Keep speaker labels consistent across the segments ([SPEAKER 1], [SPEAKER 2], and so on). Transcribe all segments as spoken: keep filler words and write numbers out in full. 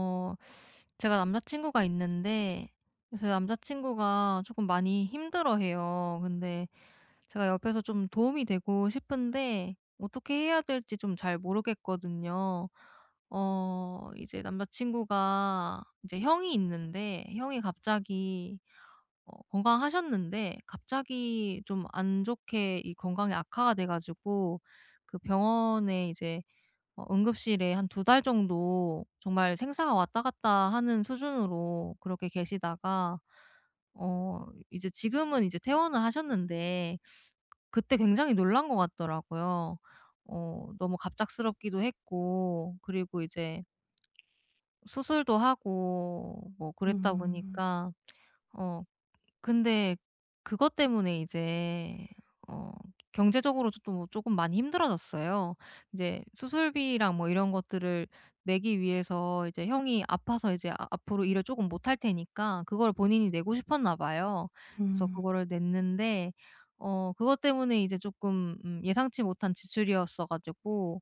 [SPEAKER 1] 어 제가 남자친구가 있는데, 요새 남자친구가 조금 많이 힘들어해요. 근데 제가 옆에서 좀 도움이 되고 싶은데 어떻게 해야 될지 좀 잘 모르겠거든요. 어 이제 남자친구가 이제 형이 있는데, 형이 갑자기 어 건강하셨는데 갑자기 좀 안 좋게 이 건강이 악화가 돼 가지고 그 병원에 이제 어 응급실에 한 두 달 정도 정말 생사가 왔다 갔다 하는 수준으로 그렇게 계시다가 어 이제 지금은 이제 퇴원을 하셨는데, 그때 굉장히 놀란 것 같더라고요. 어 너무 갑작스럽기도 했고 그리고 이제 수술도 하고 뭐 그랬다
[SPEAKER 2] 음.
[SPEAKER 1] 보니까 어 근데 그것 때문에 이제 어 경제적으로 조금 많이 힘들어졌어요. 이제 수술비랑 뭐 이런 것들을 내기 위해서 이제 형이 아파서 이제 아 앞으로 일을 조금 못할 테니까 그걸 본인이 내고 싶었나 봐요. 그래서
[SPEAKER 2] 음.
[SPEAKER 1] 그거를 냈는데 어 그것 때문에 이제 조금 음 예상치 못한 지출이었어 가지고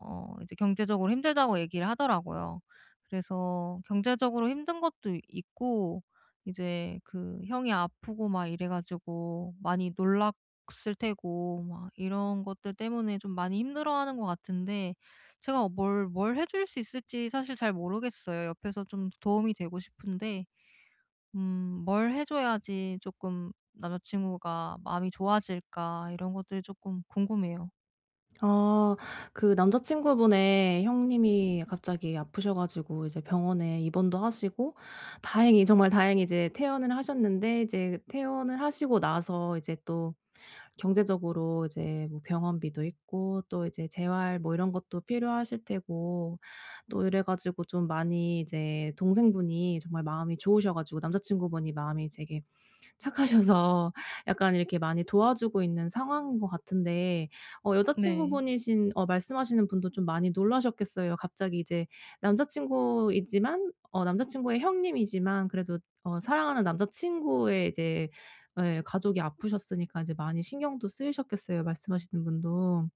[SPEAKER 1] 어 이제 경제적으로 힘들다고 얘기를 하더라고요. 그래서 경제적으로 힘든 것도 이- 있고 이제 그 형이 아프고 막 이래 가지고 많이 놀랐을 테고 막 이런 것들 때문에 좀 많이 힘들어하는 것 같은데 제가 어, 뭘뭘 해줄 수 있을지 사실 잘 모르겠어요. 옆에서 좀 도움이 되고 싶은데 음 뭘 해 줘야지 조금 남자친구가 마음이 좋아질까, 이런 것들이 조금 궁금해요.
[SPEAKER 2] 아, 그 남자친구분의 형님이 갑자기 아프셔 가지고 이제 병원에 입원도 하시고, 다행히 정말 다행히 이제 퇴원을 하셨는데, 이제 퇴원을 하시고 나서 이제 또 경제적으로 이제 뭐 병원비도 있고 또 이제 재활 뭐 이런 것도 필요하실 테고, 또 이래 가지고 좀 많이 이제 동생분이 정말 마음이 좋으셔 가지고, 남자친구분이 마음이 되게 착하셔서 약간 이렇게 많이 도와주고 있는 상황인 것 같은데, 어
[SPEAKER 1] 네.
[SPEAKER 2] 여자친구분이신, 어 말씀하시는 분도 좀 많이 놀라셨겠어요. 갑자기 이제 남자친구이지만, 어 남자친구의 형님이지만, 그래도 어 사랑하는 남자친구의 이제, 예, 가족이 아프셨으니까 이제 많이 신경도 쓰이셨겠어요, 말씀하시는 분도.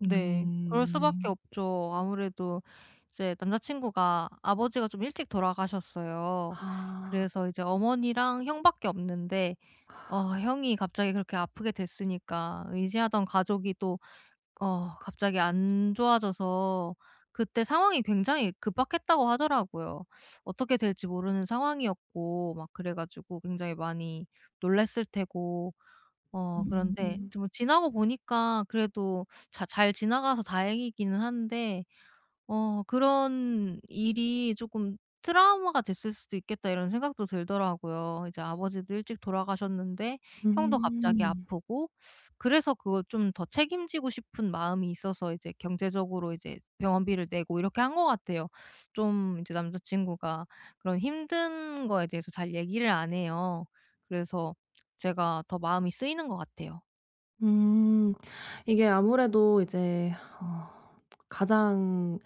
[SPEAKER 1] 네. 그럴
[SPEAKER 2] 음.
[SPEAKER 1] 수밖에
[SPEAKER 2] 네.
[SPEAKER 1] 없죠. 아무래도 이제 남자친구가 아버지가 좀 일찍 돌아가셨어요.
[SPEAKER 2] 아,
[SPEAKER 1] 그래서 이제 어머니랑 형밖에 없는데 어 형이 갑자기 그렇게 아프게 됐으니까 의지하던 가족이 또 어
[SPEAKER 2] 그쵸.
[SPEAKER 1] 갑자기 안 좋아져서 그때 상황이 굉장히 급박했다고 하더라고요. 어떻게 될지 모르는 상황이었고 막 그래 가지고 굉장히 많이 놀랐을 테고 어 그런데
[SPEAKER 2] 음.
[SPEAKER 1] 좀 지나고 보니까 그래도 자 잘 지나가서 다행이기는 한데 어 그런 일이 조금 '트라우마가 됐을 수도 있겠다.' 이런 생각도 들더라고요. 이제 아버지도 일찍 돌아가셨는데 형도 갑자기
[SPEAKER 2] 음.
[SPEAKER 1] 아프고 그래서 그걸 좀 더 책임지고 싶은 마음이 있어서 이제 경제적으로 이제 병원비를 내고 이렇게 한 것 같아요. 좀 이제 남자 친구가 그런 힘든 거에 대해서 잘 얘기를 안 해요. 그래서 제가 더 마음이 쓰이는 것 같아요.
[SPEAKER 2] 음. 이게 아무래도 이제 어 가장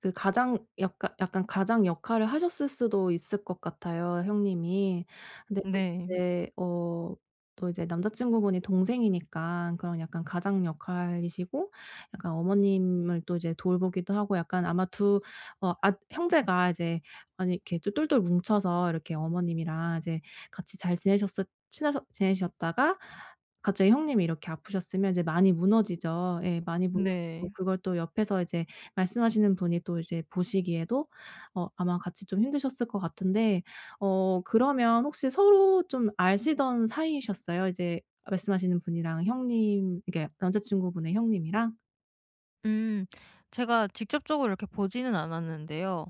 [SPEAKER 2] 그 가장 약간 약간 가장 역할을 하셨을 수도 있을 것 같아요, 형님이. 근데 또
[SPEAKER 1] 네.
[SPEAKER 2] 이제 어 또 이제 남자친구분이 동생이니까 그런 약간 가장 역할이시고, 약간 어머님을 또 이제 돌보기도 하고, 약간 아마 두 어 아 형제가 이제 많이 이렇게 또 똘똘 뭉쳐서 이렇게 어머님이랑 이제 같이 잘 지내셨었 친해서 지내셨다가 갑자기 형님이 이렇게 아프셨으면 이제 많이 무너지죠. 예, 많이
[SPEAKER 1] 네.
[SPEAKER 2] 무너지고, 그걸 또 옆에서 이제 말씀하시는 분이 또 이제 보시기에도 어 아마 같이 좀 힘드셨을 것 같은데. 어 그러면 혹시 서로 좀 아시던 사이이셨어요? 이제 말씀하시는 분이랑 형님, 이게 남자친구분의 형님이랑?
[SPEAKER 1] 음. 제가 직접적으로 이렇게 보지는 않았는데요.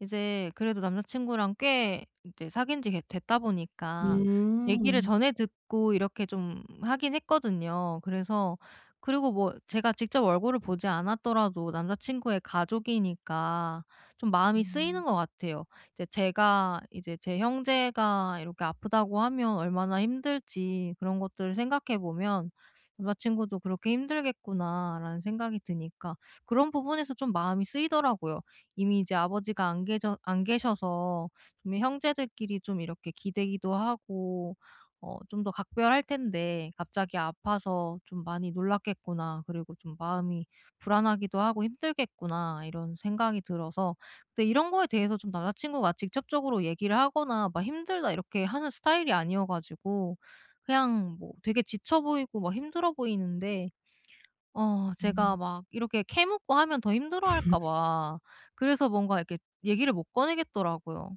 [SPEAKER 1] 이제 그래도 남자친구랑 꽤 이제 사귄 지 됐다 보니까 얘기를
[SPEAKER 2] 음.
[SPEAKER 1] 전에 듣고 이렇게 좀 하긴 했거든요. 그래서 그리고 뭐 제가 직접 얼굴을 보지 않았더라도 남자친구의 가족이니까 좀 마음이 쓰이는
[SPEAKER 2] 음.
[SPEAKER 1] 것 같아요. 이제 제가 이제 제 형제가 이렇게 아프다고 하면 얼마나 힘들지 그런 것들을 생각해 보면 남자친구도 그렇게 힘들겠구나'라는 생각이 드니까 그런 부분에서 좀 마음이 쓰이더라고요. 이미 이제 아버지가 안 계셔 안 계셔서 좀 형제들끼리 좀 이렇게 기대기도 하고 어 좀 더 각별할 텐데 갑자기 아파서 좀 많이 놀랐겠구나. 그리고 좀 마음이 불안하기도 하고 힘들겠구나, 이런 생각이 들어서 근데 이런 거에 대해서 좀 남자친구가 직접적으로 얘기를 하거나 막 "힘들다." 이렇게 하는 스타일이 아니어 가지고 그냥 뭐 되게 지쳐 보이고 막 힘들어 보이는데 어
[SPEAKER 2] 음.
[SPEAKER 1] 제가 막 이렇게 캐묻고 하면 더 힘들어할까 봐 그래서 뭔가 이렇게 얘기를 못 꺼내겠더라고요.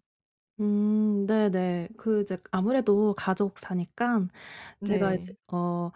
[SPEAKER 2] 음. 네네. 그 이제 아무래도 가족 사니까 제가 이제
[SPEAKER 1] 네.
[SPEAKER 2] 어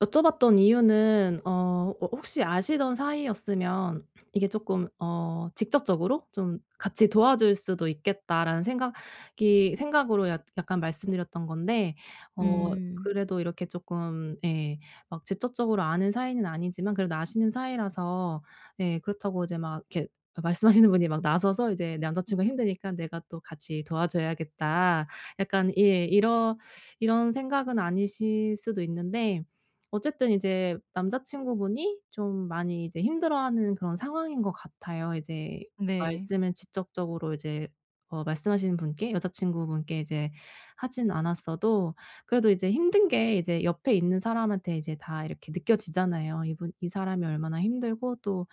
[SPEAKER 2] 여쭤봤던 이유는, 어 어 혹시 아시던 사이였으면 이게 조금 어 직접적으로 좀 '같이 도와줄 수도 있겠다.'라는 생각이 생각으로 약 약간 말씀드렸던 건데, 어
[SPEAKER 1] 음.
[SPEAKER 2] 그래도 이렇게 조금, 예, 막 직접적으로 아는 사이는 아니지만 그래도 아시는 사이라서, 예, 그렇다고 이제 막 이렇게 아, 말씀하시는 분이 막 나서서 이제 "남자친구가 힘드니까 내가 또 같이 도와줘야겠다." 약간, 예, 이런 이런 생각은 아니실 수도 있는데, 어쨌든 이제 남자친구분이 좀 많이 이제 힘들어하는 그런 상황인 것 같아요. 이제
[SPEAKER 1] 네.
[SPEAKER 2] 말씀을 직접적으로 이제 어 말씀하신 분께, 여자친구분께 이제 하진 않았어도 그래도 이제 힘든 게 이제 옆에 있는 사람한테 이제 다 이렇게 느껴지잖아요. 이분, 이 사람이 얼마나 힘들고, 또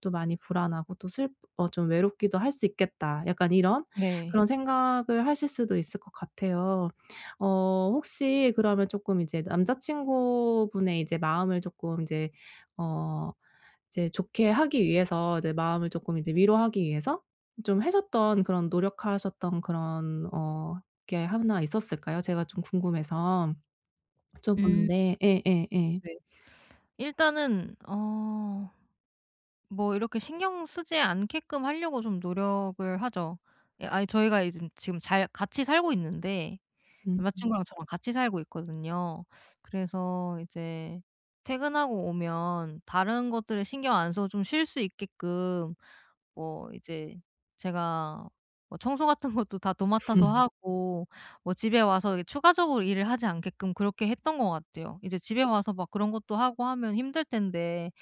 [SPEAKER 2] 또 많이 불안하고, 또 슬 어 좀 외롭기도 할 수 있겠다. 약간 이런
[SPEAKER 1] 네.
[SPEAKER 2] 그런 생각을 하실 수도 있을 것 같아요. 어 혹시 그러면 쪼끔 이제 남자친구분의 이제 마음을 쪼끔 이제 어 이제 좋게 하기 위해서 이제 마음을 쪼끔 이제 위로하기 위해서 좀 하셨던 그런 노력하셨던 그런 어게나 있었을까요? 제가 좀 궁금해서
[SPEAKER 1] 음
[SPEAKER 2] 여쭤보는데. 예예예.
[SPEAKER 1] 네. 일단은 어 뭐 이렇게 신경 쓰지 않게끔 하려고 좀 노력을 하죠. 예 아니 저희가 이즘 지금 잘 같이 살고 있는데,
[SPEAKER 2] 음.
[SPEAKER 1] 남자친구랑 저랑 같이 살고 있거든요. 그래서 이제 퇴근하고 오면 다른 것들을 신경 안 써서 좀 쉴 수 있게끔 뭐 이제 제가 뭐 청소 같은 것도 다 도맡아서 하고 뭐 집에 와서 이렇게 추가적으로 일을 하지 않게끔 그렇게 했던 것 같아요. 이제 집에 와서 막 그런 것도 하고 하면 힘들 텐데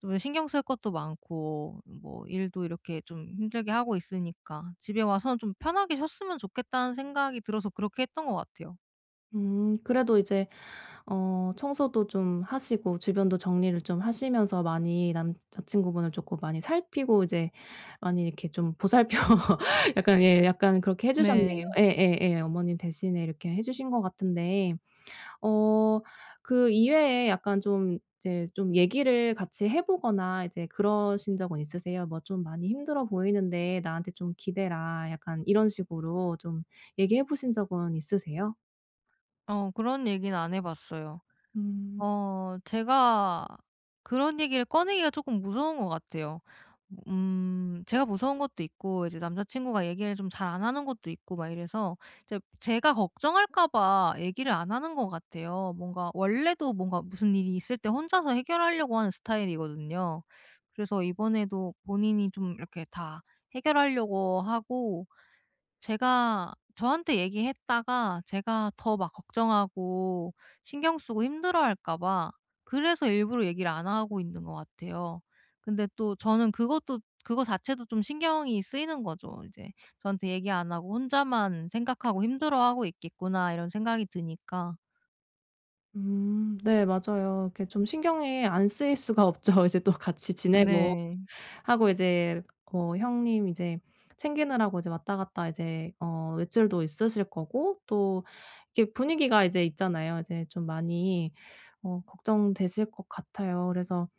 [SPEAKER 1] 좀 신경 쓸 것도 많고 뭐 일도 이렇게 좀 힘들게 하고 있으니까 집에 와서는 좀 편하게 쉬었으면 좋겠다는 생각이 들어서 그렇게 했던 것 같아요.
[SPEAKER 2] 음. 그래도 이제 어 청소도 좀 하시고 주변도 정리를 좀 하시면서 많이 남자친구분을 조금 많이 살피고, 이제 많이 이렇게 좀 보살펴 약간, 예, 약간 그렇게 해 주셨네요.
[SPEAKER 1] 네.
[SPEAKER 2] 예예예. 어머님 대신에 이렇게 해 주신 것 같은데. 어 그 이외에 약간 좀 이제 좀 얘기를 같이 해 보거나 이제 그러신 적은 있으세요? "뭐 좀 많이 힘들어 보이는데 나한테 좀 기대라." 약간 이런 식으로 좀 얘기해 보신 적은 있으세요?
[SPEAKER 1] 어 그런 얘기는 안 해 봤어요.
[SPEAKER 2] 음.
[SPEAKER 1] 어 제가 그런 얘기를 꺼내기가 조금 무서운 것 같아요. 음 제가 무서운 것도 있고 이제 남자 친구가 얘기를 좀 잘 안 하는 것도 있고 막 이래서 이제 제가 걱정할까 봐 얘기를 안 하는 것 같아요. 뭔가 원래도 뭔가 무슨 일이 있을 때 혼자서 해결하려고 하는 스타일이거든요. 그래서 이번에도 본인이 좀 이렇게 다 해결하려고 하고 제가 저한테 얘기했다가 제가 더 막 걱정하고 신경 쓰고 힘들어할까 봐 그래서 일부러 얘기를 안 하고 있는 것 같아요. 근데 또 저는 그것도 그거 자체도 좀 신경이 쓰이는 거죠. 이제 저한테 얘기 안 하고 혼자만 생각하고 힘들어하고 있겠구나, 이런 생각이 드니까.
[SPEAKER 2] 음. 네, 맞아요. 이렇게 좀 신경이 안 쓰일 수가 없죠. 이제 또 같이 지내고
[SPEAKER 1] 네.
[SPEAKER 2] 하고, 이제 어 형님 이제 챙기느라고 이제 왔다 갔다 이제 어 외출도 있으실 거고, 또 이게 분위기가 이제 있잖아요. 이제 좀 많이 어 걱정되실 것 같아요. 그래서.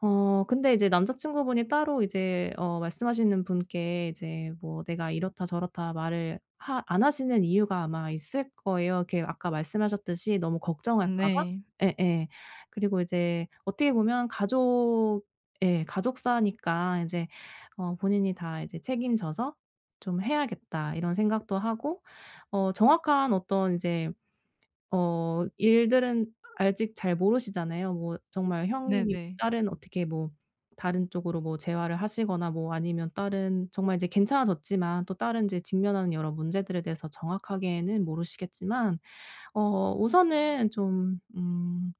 [SPEAKER 2] 어 근데 이제 남자친구분이 따로 이제 어 말씀하시는 분께 이제 뭐 "내가 이렇다 저렇다." 말을 하 안 하시는 이유가 아마 있을 거예요. 이렇게 아까 말씀하셨듯이 너무 걱정할까 봐?
[SPEAKER 1] 네.
[SPEAKER 2] 예예. 그리고 이제 어떻게 보면 가족, 예, 가족사니까 이제 어 본인이 다 이제 책임져서 좀 해야겠다 이런 생각도 하고. 어 정확한 어떤 이제 어 일들은 아직 잘 모르시잖아요. 뭐 정말 형님이 뭐
[SPEAKER 1] 네네.
[SPEAKER 2] 다른 어떻게 뭐 다른 쪽으로 뭐 재활을 하시거나, 뭐 아니면 다른 정말 이제 괜찮아졌지만 또 다른 이제 직면하는 여러 문제들에 대해서 정확하게는 모르시겠지만, 어 우선은 좀, 음,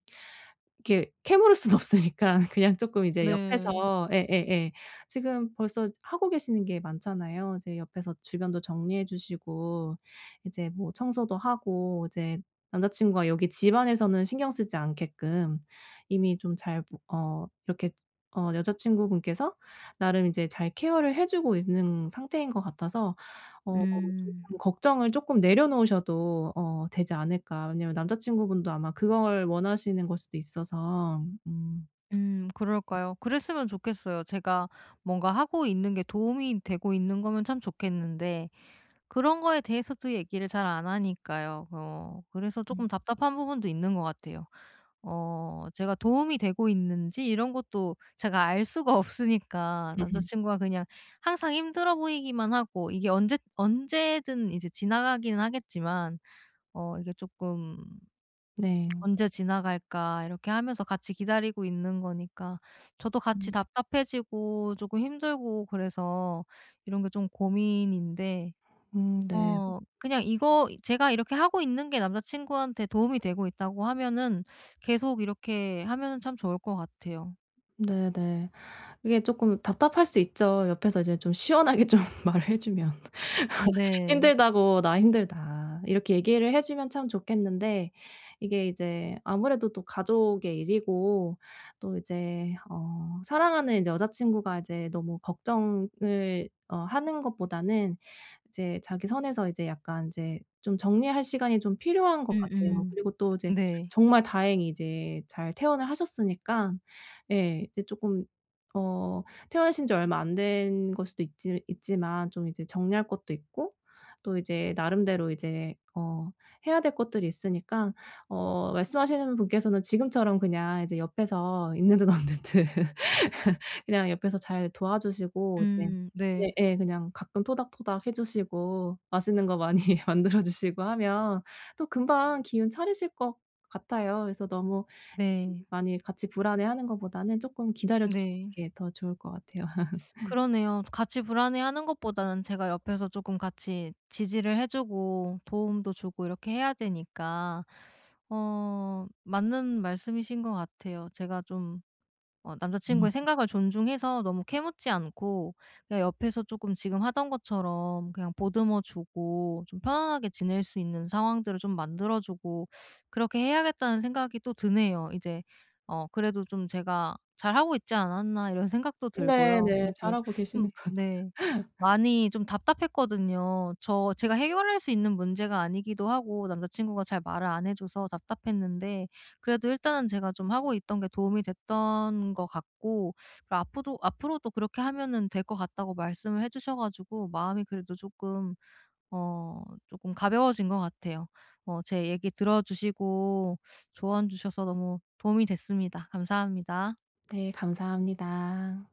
[SPEAKER 2] 이렇게 캐물을 수는 없으니까 그냥 쪼끔 이제
[SPEAKER 1] 네.
[SPEAKER 2] 옆에서. 예예예. 지금 벌써 하고 계시는 게 많잖아요. 이제 옆에서 주변도 정리해 주시고, 이제 뭐 청소도 하고, 이제 남자친구가 여기 집안에서는 신경 쓰지 않게끔 이미 좀 잘, 뭐, 어 이렇게 어 여자친구분께서 나름 이제 잘 케어를 해 주고 있는 상태인 것 같아서. 어
[SPEAKER 1] 음.
[SPEAKER 2] 쪼끔 걱정을 쪼끔 내려놓으셔도 어 되지 않을까. 왜냐면 남자 친구분도 아마 그걸 원하시는 걸 수도 있어서. 음.
[SPEAKER 1] 음 그럴까요? 그랬으면 좋겠어요. 제가 뭔가 하고 있는 게 도움이 되고 있는 거면 참 좋겠는데 그런 거에 대해서도 얘기를 잘 안 하니까요. 어 그래서 조금
[SPEAKER 2] 음.
[SPEAKER 1] 답답한 부분도 있는 것 같아요. 어 제가 도움이 되고 있는지 이런 것도 제가 알 수가 없으니까 남자 친구가 그냥 항상 힘들어 보이기만 하고, 이게 언제 언제든 이제 지나가기는 하겠지만 어 이게 조금
[SPEAKER 2] 네.
[SPEAKER 1] '언제 지나갈까.' 이렇게 하면서 같이 기다리고 있는 거니까 저도 같이
[SPEAKER 2] 음.
[SPEAKER 1] 답답해지고 조금 힘들고 그래서 이런 게 좀 고민인데
[SPEAKER 2] 음. 네.
[SPEAKER 1] 어 그냥 이거 제가 이렇게 하고 있는 게 남자 친구한테 도움이 되고 있다고 하면은 계속 이렇게 하면은 참 좋을 것 같아요.
[SPEAKER 2] 네네. 이게 쪼끔 답답할 수 있죠. 옆에서 이제 좀 시원하게 좀 말을 해 주면.
[SPEAKER 1] 네.
[SPEAKER 2] 힘들다고 "나 힘들다." 이렇게 얘기를 해 주면 참 좋겠는데, 이게 이제 아무래도 또 가족의 일이고, 또 이제 어 사랑하는 이제 여자친구가 이제 너무 걱정을 어 하는 것보다는 이제 자기 선에서 이제 약간 이제 좀 정리할 시간이 좀 필요한 것 같아요.
[SPEAKER 1] 음음.
[SPEAKER 2] 그리고 또 이제
[SPEAKER 1] 네.
[SPEAKER 2] 정말 다행히 이제 잘 퇴원을 하셨으니까, 예, 이제 쪼끔, 어 퇴원하신 지 얼마 안 된 걸 수도 있지 있지만, 좀 이제 정리할 것도 있고 또 이제 나름대로 이제 어 해야 될 것들이 있으니까. 어 말씀하시는 분께서는 지금처럼 그냥 이제 옆에서 있는 듯 없는 듯 그냥 옆에서 잘 도와주시고 이제,
[SPEAKER 1] 음 네.
[SPEAKER 2] 예예, 그냥 가끔 토닥토닥 해 주시고 맛있는 거 많이 만들어 주시고 하면 또 금방 기운 차리실 것 같아요. 그래서 너무
[SPEAKER 1] 네.
[SPEAKER 2] 많이 같이 불안해하는 것보다는 조금 기다려 주시는
[SPEAKER 1] 네.
[SPEAKER 2] 게 더 좋을 것 같아요.
[SPEAKER 1] 그러네요. 같이 불안해하는 것보다는 제가 옆에서 조금 같이 지지를 해 주고 도움도 주고 이렇게 해야 되니까 어 맞는 말씀이신 것 같아요. 제가 좀 어 남자친구의 생각을 존중해서 너무 캐묻지 않고 그냥 옆에서 조금 지금 하던 것처럼 그냥 보듬어 주고 좀 편안하게 지낼 수 있는 상황들을 좀 만들어 주고 그렇게 해야겠다는 생각이 또 드네요. 이제 어 그래도 좀 제가 '잘하고 있지 않았나.' 이런 생각도 들고요.
[SPEAKER 2] 네네.
[SPEAKER 1] 그리고
[SPEAKER 2] 잘하고 계시는
[SPEAKER 1] 좀.
[SPEAKER 2] 것 같아요.
[SPEAKER 1] 네. 많이 좀 답답했거든요. 저 제가 해결할 수 있는 문제가 아니기도 하고 남자친구가 잘 말을 안 해 줘서 답답했는데 그래도 일단은 제가 좀 하고 있던 게 도움이 됐던 것 같고, 그리고 앞으로 앞으로도 그렇게 하면은 될 것 같다고 말씀을 해 주셔 가지고 마음이 그래도 조금 어쪼 가벼워진 것 같아요. 어 제 얘기 들어 주시고 조언 주셔서 너무 도움이 됐습니다. 감사합니다.
[SPEAKER 2] 네, 감사합니다.